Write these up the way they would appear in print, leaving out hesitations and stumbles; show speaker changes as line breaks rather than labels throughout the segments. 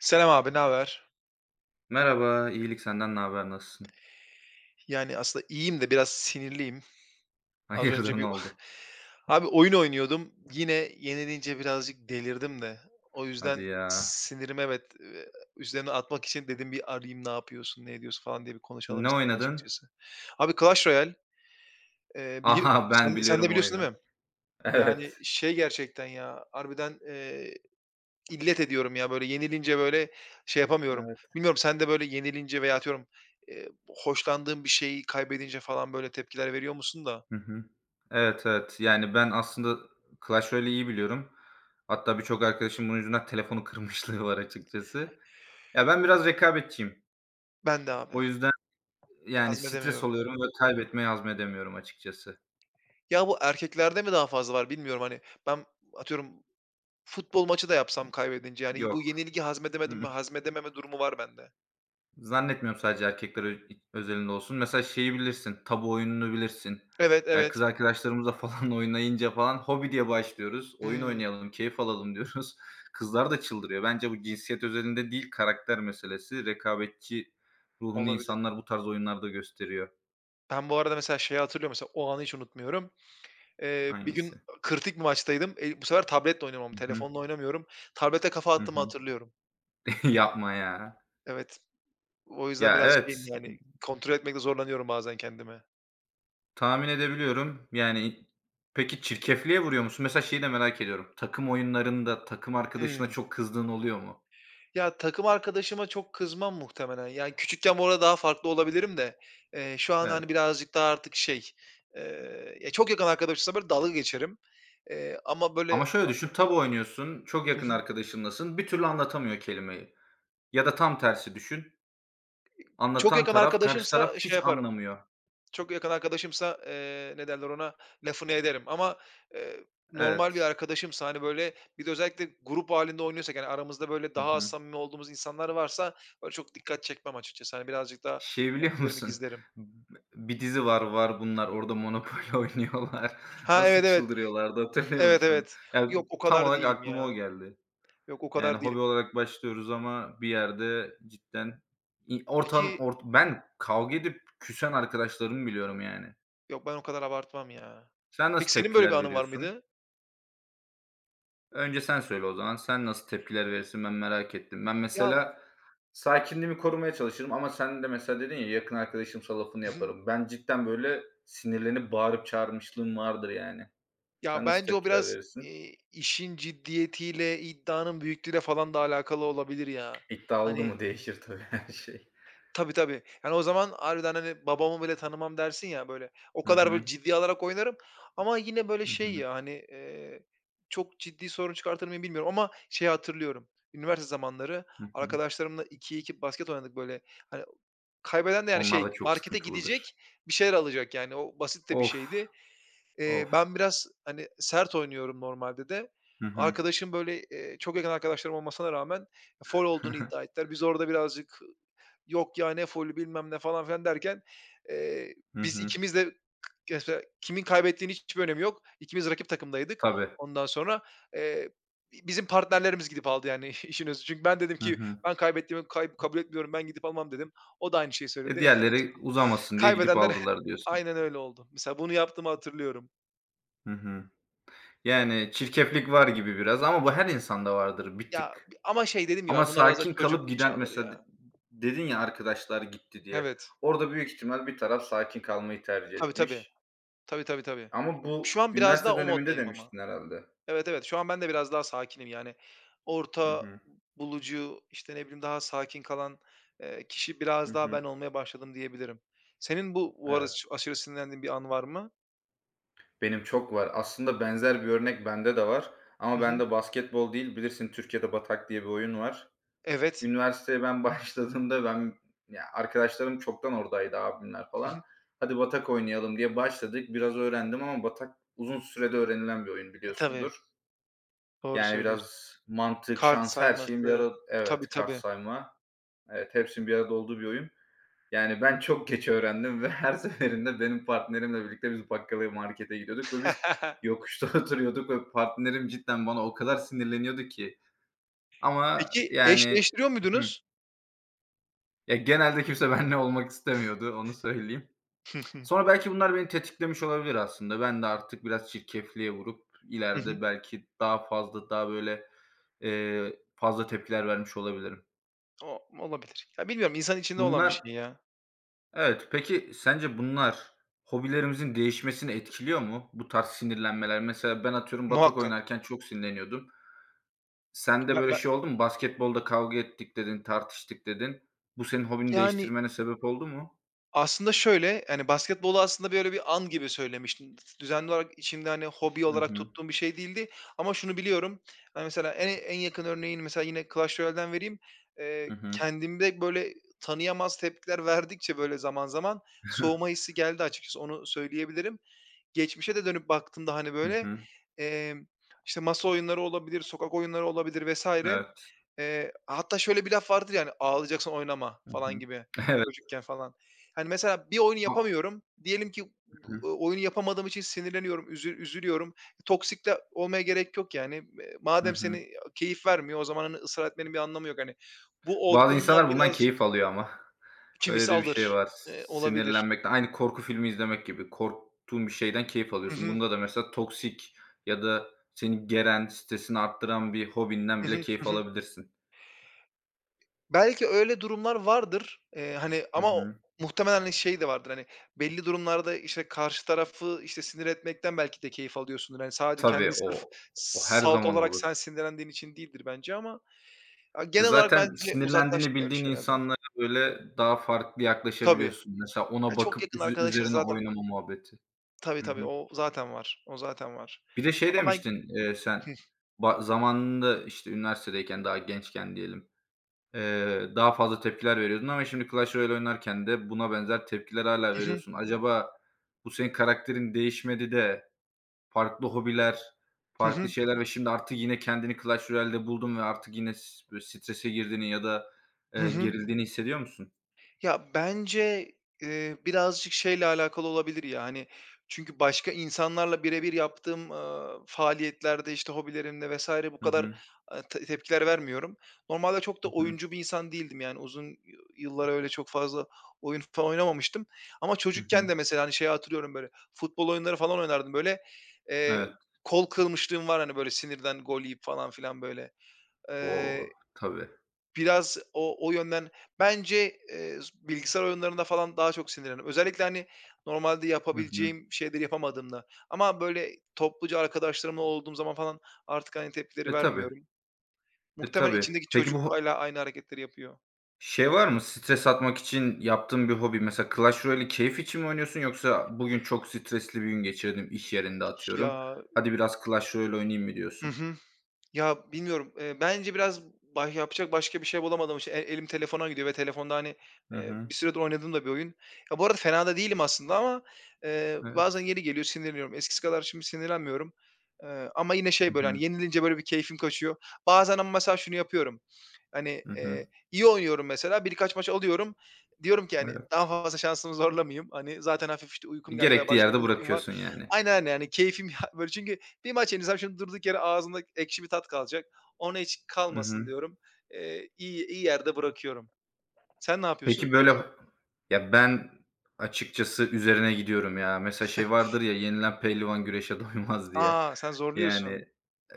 Selam abi, ne haber?
Merhaba, iyilik senden ne haber, nasılsın?
Yani aslında iyiyim de biraz sinirliyim. Az
Hayırdır,
önce bir
ne oldu?
abi oyun oynuyordum. Yine yenilince birazcık delirdim de. O
Hadi
yüzden
ya.
sinirimi evet üzerine atmak için dedim bir arayayım, ne yapıyorsun, ne ediyorsun falan diye bir konuşalım
Ne
istedim
oynadın?
açıkçası. Abi Clash Royale,
Aha,
sen,
ben
sen
biliyorum o
biliyorsun
oyunu.
değil mi? Yani
Evet,
şey, gerçekten ya, harbiden İllet ediyorum ya, böyle yenilince, böyle, şey yapamıyorum.
evet.
Bilmiyorum sen de böyle yenilince veya atıyorum, hoşlandığın bir şeyi kaybedince falan böyle tepkiler veriyor musun da?
Hı hı. Evet, evet. Yani ben aslında Clash Royale'i iyi biliyorum. Hatta birçok arkadaşım bunun yüzünden telefonu kırmışlığı var açıkçası. Ya ben biraz rekabetçiyim.
Ben de abi,
O yüzden yani stres
hazmedemiyorum.
oluyorum ve kaybetmeyi hazmedemiyorum açıkçası.
Ya, bu erkeklerde mi daha fazla var bilmiyorum, hani, ben atıyorum futbol maçı da yapsam kaybedince, yani, bu
Yok.
yenilgi hazmedemedim mi hazmedememe durumu var bende.
Zannetmiyorum sadece erkekler özelinde olsun. Mesela şeyi bilirsin, tabu oyununu bilirsin.
Evet,
Kız
evet.
arkadaşlarımızla falan oynayınca falan hobi diye başlıyoruz. Oyun
Hımm,
oynayalım, keyif alalım diyoruz. Kızlar da çıldırıyor. Bence bu cinsiyet özelinde değil, karakter meselesi. Rekabetçi ruhunu
olabilir.
insanlar bu tarz oyunlarda gösteriyor.
Ben bu arada mesela şeyi hatırlıyorum, mesela o anı hiç unutmuyorum. Bir gün
Hangisi?
kritik bir maçtaydım. Bu sefer tabletle oynuyorum ama
Hı hı.
telefonla oynamıyorum. Tablete kafa
Hı
attığımı
hı.
hatırlıyorum.
Yapma ya.
Evet. O yüzden
Ya,
biraz şeyim,
evet,
yani, kontrol etmekte zorlanıyorum bazen kendimi.
tahmin edebiliyorum. Yani, peki çirkefliğe vuruyor musun? Mesela şeyi de merak ediyorum. Takım oyunlarında takım arkadaşına
Hımm.
çok kızdığın oluyor mu?
Ya, takım arkadaşıma çok kızmam muhtemelen. Yani, küçükken bu arada daha farklı olabilirim de, şu an, hani,
Evet.
birazcık daha artık şey, ya, çok yakın arkadaşımsa, böyle, dalga geçerim. Ama, böyle
Ama şöyle düşün, tabu oynuyorsun, çok
hı
yakın
hı.
arkadaşınlasın, bir türlü anlatamıyor kelimeyi. Ya da tam tersi düşün,
Çok
anlatan
yakın
taraf, karşı taraf
arkadaşımsa şey
hiç
yaparım.
anlamıyor.
Çok yakın arkadaşımsa, ne derler ona, lafını ederim ama, eee, normal bir
Evet.
arkadaşımsa, hani, böyle, bir de özellikle grup halinde oynuyorsak, yani, aramızda, böyle,
Hı
daha az
hı.
samimi olduğumuz insanlar varsa, böyle, çok dikkat çekmem açıkçası. Hani, birazcık daha
Şeyi biliyor
tepkilerimi
musun?
gizlerim.
B Bir dizi var, Var Bunlar. Orada Monopoly oynuyorlar.
Ha,
Nasıl
evet, evet.
çıldırıyorlardı hatırlıyor
Evet,
musun?
evet.
Ya,
Yok, o
tam
kadar
olarak
değilim
aklıma o
ya.
geldi.
Yok, o
Yani
kadar
hobi
değilim.
olarak başlıyoruz ama bir yerde cidden i ortam
Peki,
ort ben kavga edip küsen arkadaşlarımı biliyorum yani.
yok, ben o kadar abartmam ya.
Sen nasıl
Peki senin böyle bir
tepkiler
anın var
veriyorsun?
mıydı?
Önce sen söyle o zaman. Sen nasıl tepkiler verirsin ben merak ettim. Ben
Ya,
mesela sakinliğimi korumaya çalışırım ama sen de mesela dedin ya yakın arkadaşımsa lafını yaparım. Ben cidden böyle sinirlenip bağırıp çağırmışlığım vardır yani.
ya,
Sen nasıl
bence o
tepkiler
biraz,
verirsin?
işin ciddiyetiyle, iddianın büyüklüğüyle falan da alakalı olabilir ya.
İddia oldu
Hani,
mu değişir tabii her şey.
tabii, tabii. Yani, o zaman harbiden, hani, babamı bile tanımam dersin ya, böyle, o
Hı
kadar, böyle,
hı.
ciddiye alarak oynarım ama yine, böyle,
Hı
şey
hı.
ya, hani, çok ciddi sorun çıkartır mıyım bilmiyorum ama şeyi hatırlıyorum. Üniversite zamanları
Hı hı.
arkadaşlarımla 2'ye 2 basket oynadık, böyle. Hani, kaybeden de, yani,
Onlar
şey,
da çok
markete
sıkıntılıdır.
gidecek, bir şeyler alacak, yani. O basit de bir
Of!
şeydi.
Of!
Ben biraz, hani, sert oynuyorum normalde de.
Hı hı.
Arkadaşım, böyle, çok yakın arkadaşlarım olmasına rağmen foul olduğunu iddia ettiler. Biz orada birazcık, "Yok ya, ne faulü, bilmem ne." falan filan derken,
Hı
biz
hı.
ikimiz de mesela kimin kaybettiğinin hiçbir önemi yok. İkimiz rakip takımdaydık.
Tabii.
Ondan sonra, eee, bizim partnerlerimiz gidip aldı yani işin özü. Çünkü ben dedim
Hı
ki,
hı.
"Ben kaybettiğimi kabul etmiyorum, ben gidip almam." dedim. O da aynı şeyi
E,
söyledi.
diğerleri uzamasın diye gidip
kaybedenler
aldılar diyorsun.
aynen öyle oldu. Mesela bunu yaptığımı hatırlıyorum.
Hı hı. Yani, çirkeflik var gibi biraz ama bu her insanda vardır bir
Ya,
tık.
bi ama şey dedim
Ama
ya, bunlar biraz da
sakin kalıp
çocukluk
giden
çağları
mesela
ya.
dedin ya arkadaşlar gitti diye.
Evet.
Orada büyük ihtimal bir taraf sakin kalmayı tercih
Tabii, tabii.
etmiş.
Tabii, tabii, tabii.
Ama bu
Şu an biraz daha
üniversite
o
döneminde
moddayım ama.
demiştin herhalde.
Evet, evet. Şu an ben de biraz daha sakinim. Yani
Hı
orta
hı.
bulucu, işte, ne bileyim, daha sakin kalan, kişi
Hı
biraz daha
hı.
ben olmaya başladım diyebilirim. Senin bu arada
Evet.
aşırı sinirlendiğin bir an var mı?
Benim çok var. Aslında benzer bir örnek bende de var
Hı
ama
hı.
bende basketbol değil, bilirsin Türkiye'de Batak diye bir oyun var.
Evet.
Üniversiteye ben başladığımda ben ya, arkadaşlarım çoktan oradaydı, abimler
Hı
falan.
hı.
"Hadi batak oynayalım." diye başladık. Biraz öğrendim ama batak uzun sürede öğrenilen bir oyun
E, tabii.
biliyorsundur.
Doğru
Yani
söylüyorsun.
biraz mantık,
Kart
şans her şeyin bir
sayması.
arada.
Tabii,
Evet, kart
tabii.
sayma. Evet, hepsinin bir arada olduğu bir oyun. Yani ben çok geç öğrendim ve her seferinde benim partnerimle birlikte biz bakkalı markete gidiyorduk ve biz yokuşta oturuyorduk ve partnerim cidden bana o kadar sinirleniyordu ki, ama
Peki
yani.
eşleştiriyor muydunuz?
Ya, genelde kimse benimle olmak istemiyordu, onu söyleyeyim.
Hı hı.
Sonra belki bunlar beni tetiklemiş olabilir aslında. Ben de artık biraz çirkefliğe vurup
Hı hı.
ileride belki daha fazla, daha böyle, fazla tepkiler vermiş olabilirim.
O olabilir. Ya, bilmiyorum, insan içinde olan bir şey
Bunlar.
ya.
Evet, peki sence bunlar hobilerimizin değişmesini etkiliyor mu? Bu tarz sinirlenmeler. Mesela ben atıyorum batak
Muhakkak.
oynarken çok sinirleniyordum. Sen de
Ben
böyle
ben
şey oldu mu? "Basketbolda kavga ettik." dedin, "Tartıştık." dedin. Bu senin hobini
yani,
değiştirmene sebep oldu mu?
aslında şöyle, hani, basketbolu aslında böyle bir an gibi söylemiştim. Düzenli olarak içimde, hani, hobi
Hı
olarak
hı.
tuttuğum bir şey değildi ama şunu biliyorum, hani, mesela en yakın örneğini mesela yine Clash Royale'den vereyim.
Hı hı.
Kendimde böyle tanıyamaz tepkiler verdikçe böyle zaman zaman soğuma hissi geldi açıkçası, onu söyleyebilirim. Geçmişe de dönüp baktığımda, hani,
Hı
böyle,
hı.
emm, işte, masa oyunları olabilir, sokak oyunları olabilir vesaire.
Evet.
Hatta şöyle bir laf vardır yani hani, "Ağlayacaksan oynama."
Hı
falan
hı.
gibi
Evet.
çocukken falan. Hani, mesela bir oyunu
A
yapamıyorum. Diyelim ki
Hı hı.
bu oyunu yapamadığım için sinirleniyorum, üzülüyorum. Toksik de olmaya gerek yok yani.
Hı
Madem
hı.
seni keyif vermiyor o zaman, hani, ısrar etmenin bir anlamı yok. Hani, bu
Bazı
olgunluğa
insanlar bundan
birazcık
keyif alıyor ama. Öyle
kimisi
de bir şey
alır,
var.
olabilir.
Sinirlenmekten aynı korku filmi izlemek gibi. Korktuğun bir şeyden keyif
Hı
alıyorsun.
hı.
Bunda da mesela toksik ya da seni geren, stresini arttıran bir hobinden
Hı
bile
hı.
keyif
Hı hı.
alabilirsin.
Belki öyle durumlar vardır, hani,
Hı
ama
hı.
muhtemelen, hani, şey de vardır, hani, belli durumlarda, işte, karşı tarafı, işte, sinir etmekten belki de keyif alıyorsundur. Hani, sadece
Tabii
kendi sırf
o her
salt
zaman
olarak
olur.
sen sinirlendiğin için değildir bence ama ya,
E,
genel olarak
zaten
bence
sinirlendiğini
uzaklaştım öyle
bildiğin
şeylerden.
insanlara, böyle, daha farklı
Tabii.
yaklaşabiliyorsun. Mesela
Ya,
ona
çok
bakıp
yakın arkadaşın
üzerine
zaten
oynama muhabbeti.
tabii,
Hı
tabii,
hı.
o zaten var, o zaten var.
Bir de şey
Ama ben
demiştin, sen, zamanında, işte, üniversitedeyken, daha gençken diyelim, daha fazla tepkiler veriyordun ama şimdi Clash Royale oynarken de buna benzer tepkiler hala
hı hı.
veriyorsun. Acaba bu senin karakterin değişmedi de farklı hobiler,
Hı
farklı
hı.
şeyler ve şimdi artık yine kendini Clash Royale'de buldun ve artık yine böyle strese girdiğini ya da,
Hı hı.
gerildiğini hissediyor musun?
Ya, bence, birazcık şeyle alakalı olabilir ya, hani, çünkü başka insanlarla birebir yaptığım, faaliyetlerde, işte, hobilerimde vesaire bu
Hı
kadar,
hı.
tepkiler vermiyorum. Normalde çok da
Hı hı.
oyuncu bir insan değildim, yani, uzun yıllar öyle çok fazla oyun falan oynamamıştım ama
Hı
çocukken
hı.
de mesela, hani, şeyi hatırlıyorum, böyle, futbol oyunları falan oynardım, böyle. Eee,
Evet.
kol kırmışlığım var, hani, böyle, sinirden gol yiyip falan filan, böyle.
O! Tabii.
Biraz o yönden bence, bilgisayar oyunlarında falan daha çok sinirlenirim. Özellikle, hani, normalde
Hı hı.
yapabileceğim şeyleri yapamadığımda ama, böyle, topluca arkadaşlarımla olduğum zaman falan artık aynı tepkileri
E, tabii.
vermiyorum.
E,
Muhtemelen
tabii.
içimdeki
Peki
çocuk
bu
hâlâ aynı hareketleri yapıyor.
şey var mı? Stres atmak için yaptığın bir hobi. Mesela Clash Royale'i keyif için mi oynuyorsun yoksa bugün çok stresli bir gün geçirdim iş yerinde atıyorum.
Ya
Hadi biraz Clash Royale oynayayım mı
hı
diyorsun?
hı. Ya, bilmiyorum. Bence biraz yapacak başka bir şey bulamadığım için elim telefona gidiyor ve telefonda, hani,
Hı
bir
hı.
süredir oynadığım da bir oyun. Ya, bu arada fena da değilim aslında ama, bazen
Evet.
yeri geliyor sinirleniyorum. Eskisi kadar şimdi sinirlenmiyorum. Ama yine
Hı
şey, böyle, hani,
hı.
yenilince, böyle, bir keyfim kaçıyor. Bazen ama mesela şunu yapıyorum. Hani,
Hı hı.
iyi oynuyorum mesela, birkaç maç alıyorum. Diyorum ki, hani, daha
Evet.
fazla şansımı zorlamayayım. Hani, zaten hafif, işte, uykum geldi veya
Gerektiği
başka bir
yerde
işim
bırakıyorsun
var.
yani.
Aynen, aynen, yani keyfim böyle çünkü bir maç yenirsem şimdi durduk yere ağzımda ekşi bir tat kalacak. Ona hiç
Hı
kalmasın
hı.
diyorum. İyi yerde bırakıyorum. Sen ne yapıyorsun?
Peki, böyle ya, ben açıkçası üzerine gidiyorum ya. Mesela şey vardır ya, "Yenilen pehlivan güreşe doymaz." diye.
A! Sen zorluyorsun.
Yani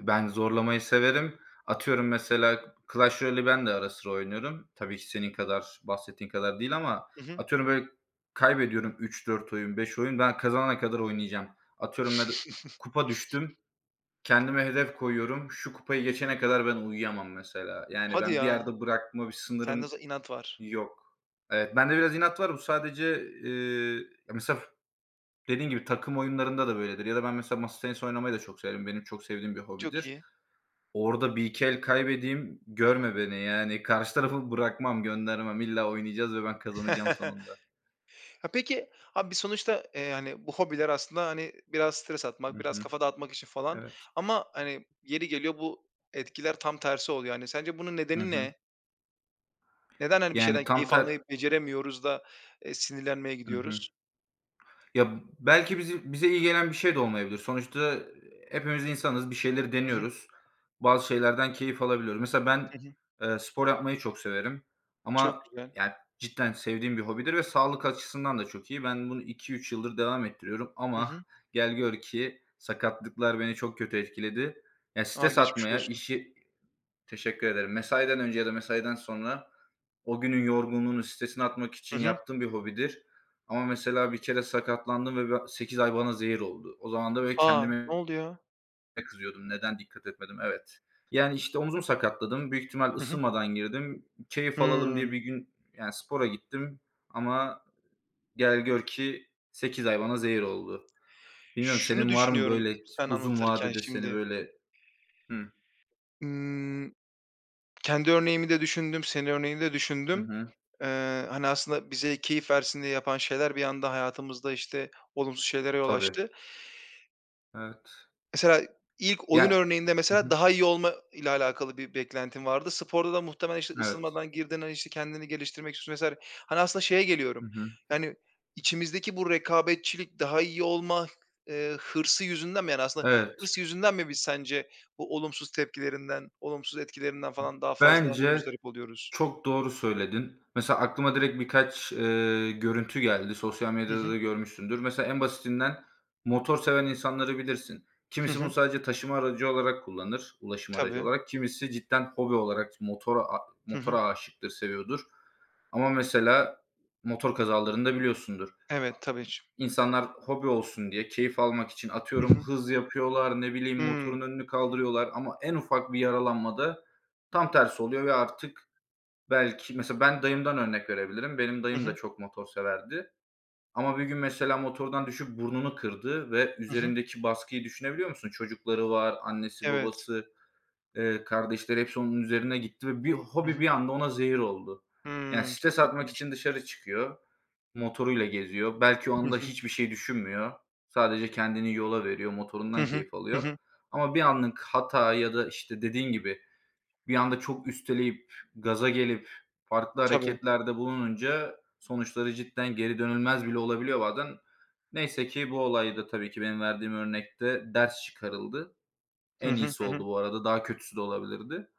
ben zorlamayı severim. Atıyorum mesela Clash Royale'i ben de ara sıra oynuyorum. Tabii ki senin kadar, bahsettiğin kadar değil ama
Hı hı.
atıyorum böyle kaybediyorum üç dört oyun, 5 oyun, ben kazanana kadar oynayacağım. Atıyorum meda Kupa düştüm, kendime hedef koyuyorum, şu kupayı geçene kadar ben uyuyamam mesela. Yani
Hadi
ben bir
ya.
yerde bırakma, bir
Sende
sınırım.
inat var.
Yok. Evet, bende biraz inat var. Bu sadece, ya, mesela dediğin gibi takım oyunlarında da böyledir ya da ben mesela masa tenisi oynamayı da çok severim. Benim çok sevdiğim bir
Çok
hobidir.
iyi.
Orada bir 2 el kaybedeyim, görme beni. Yani karşı tarafı bırakmam, göndermem. İlla oynayacağız ve ben kazanacağım sonunda.
Ya, peki, abi, sonuçta, hani, bu hobiler aslında, hani, biraz stres
Hı
atmak, biraz
hı.
kafa dağıtmak için falan
Evet.
ama, hani, yeri geliyor bu etkiler tam tersi oluyor. Hani, sence bunun
Hı
nedeni
hı.
ne? Neden, hani, bir
Yani
şeyden
tam
keyif
ter
almayı beceremiyoruz da, sinirlenmeye
Hı hı.
gidiyoruz?
Ya, belki bizi bize iyi gelen bir şey de olmayabilir. Sonuçta hepimiz insanız, bir şeyleri
Hı hı.
deniyoruz. Bazı şeylerden keyif alabiliyoruz. Mesela
Hı
ben,
hı.
spor yapmayı çok severim
Çok
ama
güzel.
yani cidden sevdiğim bir hobidir ve sağlık açısından da çok iyi. Ben bunu 2 3 yıldır devam ettiriyorum
Hı
ama
hı.
gel gör ki sakatlıklar beni çok kötü etkiledi. Ya,
A,
stres
geçmiş
atmaya,
olsun.
teşekkür ederim. Mesaiden önce ya da mesaiden sonra o günün yorgunluğunun stresini atmak
Hı
için
hı.
yaptığım bir hobidir. Ama mesela bir kere sakatlandım ve 8 ay bana zehir oldu. O zaman da böyle
A! Ne
kendime
oldu ya?
kızıyordum. Neden dikkat etmedim? Evet. Yani, işte, omzumu sakatladım. Büyük ihtimal
Hı hı.
ısınmadan girdim. Keyif alalım diye bir
Hımm.
gün, yani, spora gittim ama gel gör ki 8 ay bana zehir oldu. Bilmiyorum
Şunu
senin var mı
düşünüyorum
böyle
sen
uzun
anlatırken
vadede seni
şimdi.
böyle. Hı.
Imm, kendi örneğimi de düşündüm, senin örneğini de
Hı
düşündüm.
hı.
Hani, aslında bize keyif versin diye yapan şeyler bir anda hayatımızda, işte, olumsuz şeylere yol
Tabii.
açtı.
Evet.
Mesela ilk oyun
Yani.
örneğinde mesela daha iyi olma ile alakalı bir beklentin vardı. Sporda da muhtemelen, işte,
Evet.
ısınmadan girdin, hani, işte, kendini geliştirmek istiyorsun vs. Hani, aslında şeye
Hı
geliyorum,
hı.
yani, içimizdeki bu rekabetçilik, daha iyi olma, hırsı yüzünden mi, yani, aslında
Evet.
hırs yüzünden mi biz sence bu olumsuz tepkilerinden, olumsuz etkilerinden falan daha fazla, hani,
Bence
muzdarip oluyoruz?
çok doğru söyledin. Mesela aklıma direkt birkaç, görüntü geldi. Sosyal
Hı
medyada
hı.
da görmüşsündür. Mesela en basitinden motor seven insanları bilirsin.
Hı
Kimisi bunu
hı.
sadece taşıma aracı olarak kullanır, ulaşım aracı
Tabii.
olarak. Kimisi cidden hobi olarak
Hı hı.
motora aşıktır, seviyordur. Ama mesela motor kazalarını da biliyorsundur.
Evet, tabii ki.
İnsanlar hobi olsun diye, keyif almak için
Hı
atıyorum
hı.
hız yapıyorlar, ne bileyim
Hımm.
motorun önünü kaldırıyorlar ama en ufak bir yaralanmada tam tersi oluyor ve artık belki mesela ben dayımdan örnek verebilirim. Benim
Hı
dayım
hı.
da çok motor severdi ama bir gün mesela motordan düşüp burnunu kırdı ve
Hı hı.
üzerindeki baskıyı düşünebiliyor musun? Çocukları var, annesi,
Evet.
babası. Kardeşleri hepsi onun üzerine gitti ve bir
Hı
hobi
hı.
bir anda ona zehir oldu. Yani
Hımm, çok
stres atmak
kötüymüş.
için dışarı çıkıyor, motoruyla geziyor. Belki o
Hı
anda
hı.
hiçbir şey düşünmüyor. Sadece kendini yola veriyor,
Hı
motorundan
hı.
keyif
Hı
alıyor.
hı.
Ama bir anlık hata ya da, işte, dediğin gibi bir anda çok üsteleyip, gaza gelip farklı
Tabii.
hareketlerde bulununca sonuçları cidden geri dönülmez bile olabiliyor bazen. Neyse ki bu olayda tabii ki benim verdiğim örnekte ders çıkarıldı.
Hı
En
hı,
iyisi
hı hı.
oldu bu arada, daha kötüsü de olabilirdi.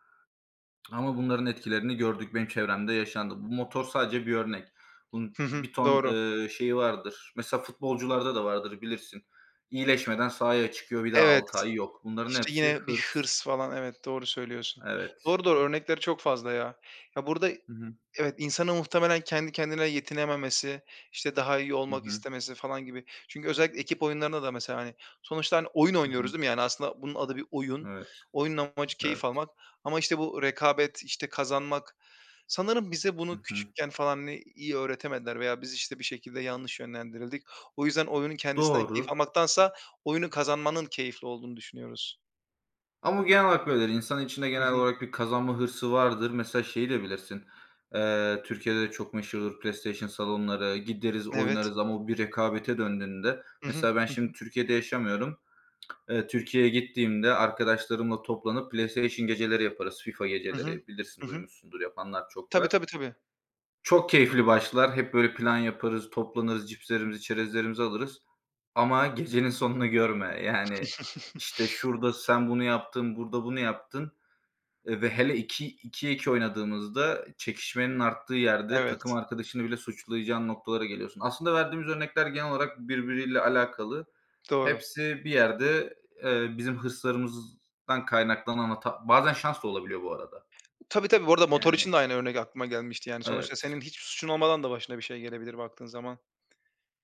Ama bunların etkilerini gördük, benim çevremde yaşandı. Bu motor sadece bir örnek. Bunun
Hı hı.
bir ton,
Doğru.
şeyi vardır. Mesela futbolcularda da vardır bilirsin. İyileşmeden sahaya çıkıyor, bir daha
Evet.
6 ay yok. Bunların
İşte
hepsi
yine bir
hırs.
hırs falan. Evet, doğru söylüyorsun.
Evet.
Doğru, doğru örnekleri çok fazla ya. Ya, burada
Hı hı.
evet, insanın muhtemelen kendi kendine yetinememesi, işte, daha iyi
Hı
olmak
hı.
istemesi falan gibi. Çünkü özellikle ekip oyunlarında da mesela, hani, sonuçta, hani, oyun
Hı hı.
oynuyoruz değil mi? Yani, aslında bunun adı bir oyun.
Evet,
Oyunun amacı keyif
evet.
almak ama, işte, bu rekabet, işte, kazanmak sanırım bize
Hı
bunu
hı.
küçükken falan, hani, iyi öğretemediler veya biz, işte, bir şekilde yanlış yönlendirildik. O yüzden oyunun kendisinden keyif
Doğru.
almaktansa oyunu kazanmanın keyifli olduğunu düşünüyoruz.
Ama genel olarak böyledir. İnsanın içinde
Hı
genel
hı.
olarak bir kazanma hırsı vardır. Mesela şeyi de bilirsin, Türkiye'de de çok meşhurdur PlayStation salonları, gideriz
Evet.
oynarız ama o bir rekabete döndüğünde.
Hı hı.
Mesela ben şimdi Türkiye'de yaşamıyorum. Türkiye'ye gittiğimde arkadaşlarımla toplanıp PlayStation geceleri yaparız, FIFA
Hı hı.
geceleri. Bilirsin,
Hı hı. Hı hı.
duymuşsundur, yapanlar çok
Tabii,
var.
tabii, tabii.
Çok keyifli başlar. Hep böyle plan yaparız, toplanırız, cipslerimizi, çerezlerimizi alırız ama gecenin sonunu görme. Yani, işte, şurada sen bunu yaptın, burada bunu yaptın. Ve hele 2'ye 2 oynadığımızda çekişmenin arttığı yerde takım
Evet,
arkadaşını bile suçlayacağın noktalara geliyorsun. Aslında verdiğimiz örnekler genel olarak birbiriyle alakalı.
doğru.
Hepsi bir yerde, bizim hırslarımızdan kaynaklanan hata. Bazen şans da olabiliyor bu arada.
Tabii, tabii. Bu arada motor için
Yani.
de aynı örnek aklıma gelmişti. Yani, sonuçta
Evet.
senin hiç suçun olmadan da başına bir şey gelebilir baktığın zaman.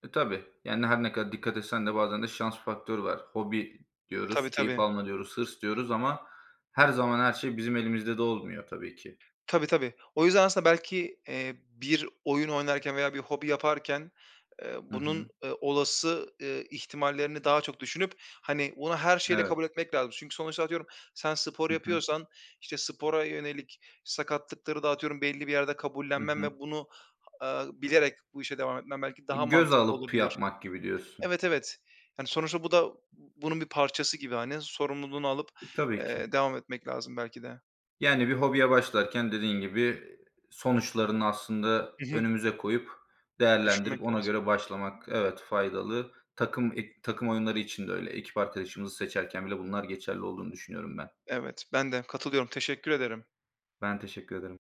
E, tabii. Yani her ne kadar dikkat etsen de bazen de şans faktörü var. Hobi
Tabii,
diyoruz, keyif
tabii.
alma diyoruz, hırs diyoruz ama her zaman her şey bizim elimizde de olmuyor tabii ki.
Tabii, tabii. O yüzden aslında belki, bir oyun oynarken veya bir hobi yaparken,
Hı
bunun,
hı.
olası, ihtimallerini daha çok düşünüp, hani, bunu her şeyle kabul
Evet.
etmek lazım. Çünkü sonuçta atıyorum sen spor
Hı hı.
yapıyorsan, işte, spora yönelik sakatlıkları da atıyorum belli bir yerde
Hı
kabullenmen
hı.
ve bunu, bilerek bu işe devam etmen belki daha
Göz
mantıklı
alıp
olabilir.
yapmak gibi diyorsun.
Evet, evet. Yani, sonuçta bu da bunun bir parçası gibi, hani, sorumluluğunu alıp,
E, tabii ki.
devam etmek lazım belki de.
Yani bir hobiye başlarken dediğin gibi sonuçlarını aslında
Hı hı.
önümüze koyup değerlendirip
Düşünmek
ona
lazım.
göre başlamak evet faydalı. Takım takım oyunları için de öyle. Ekip arkadaşımızı seçerken bile bunlar geçerli olduğunu düşünüyorum ben.
Evet, ben de katılıyorum. Teşekkür ederim.
Ben teşekkür ederim.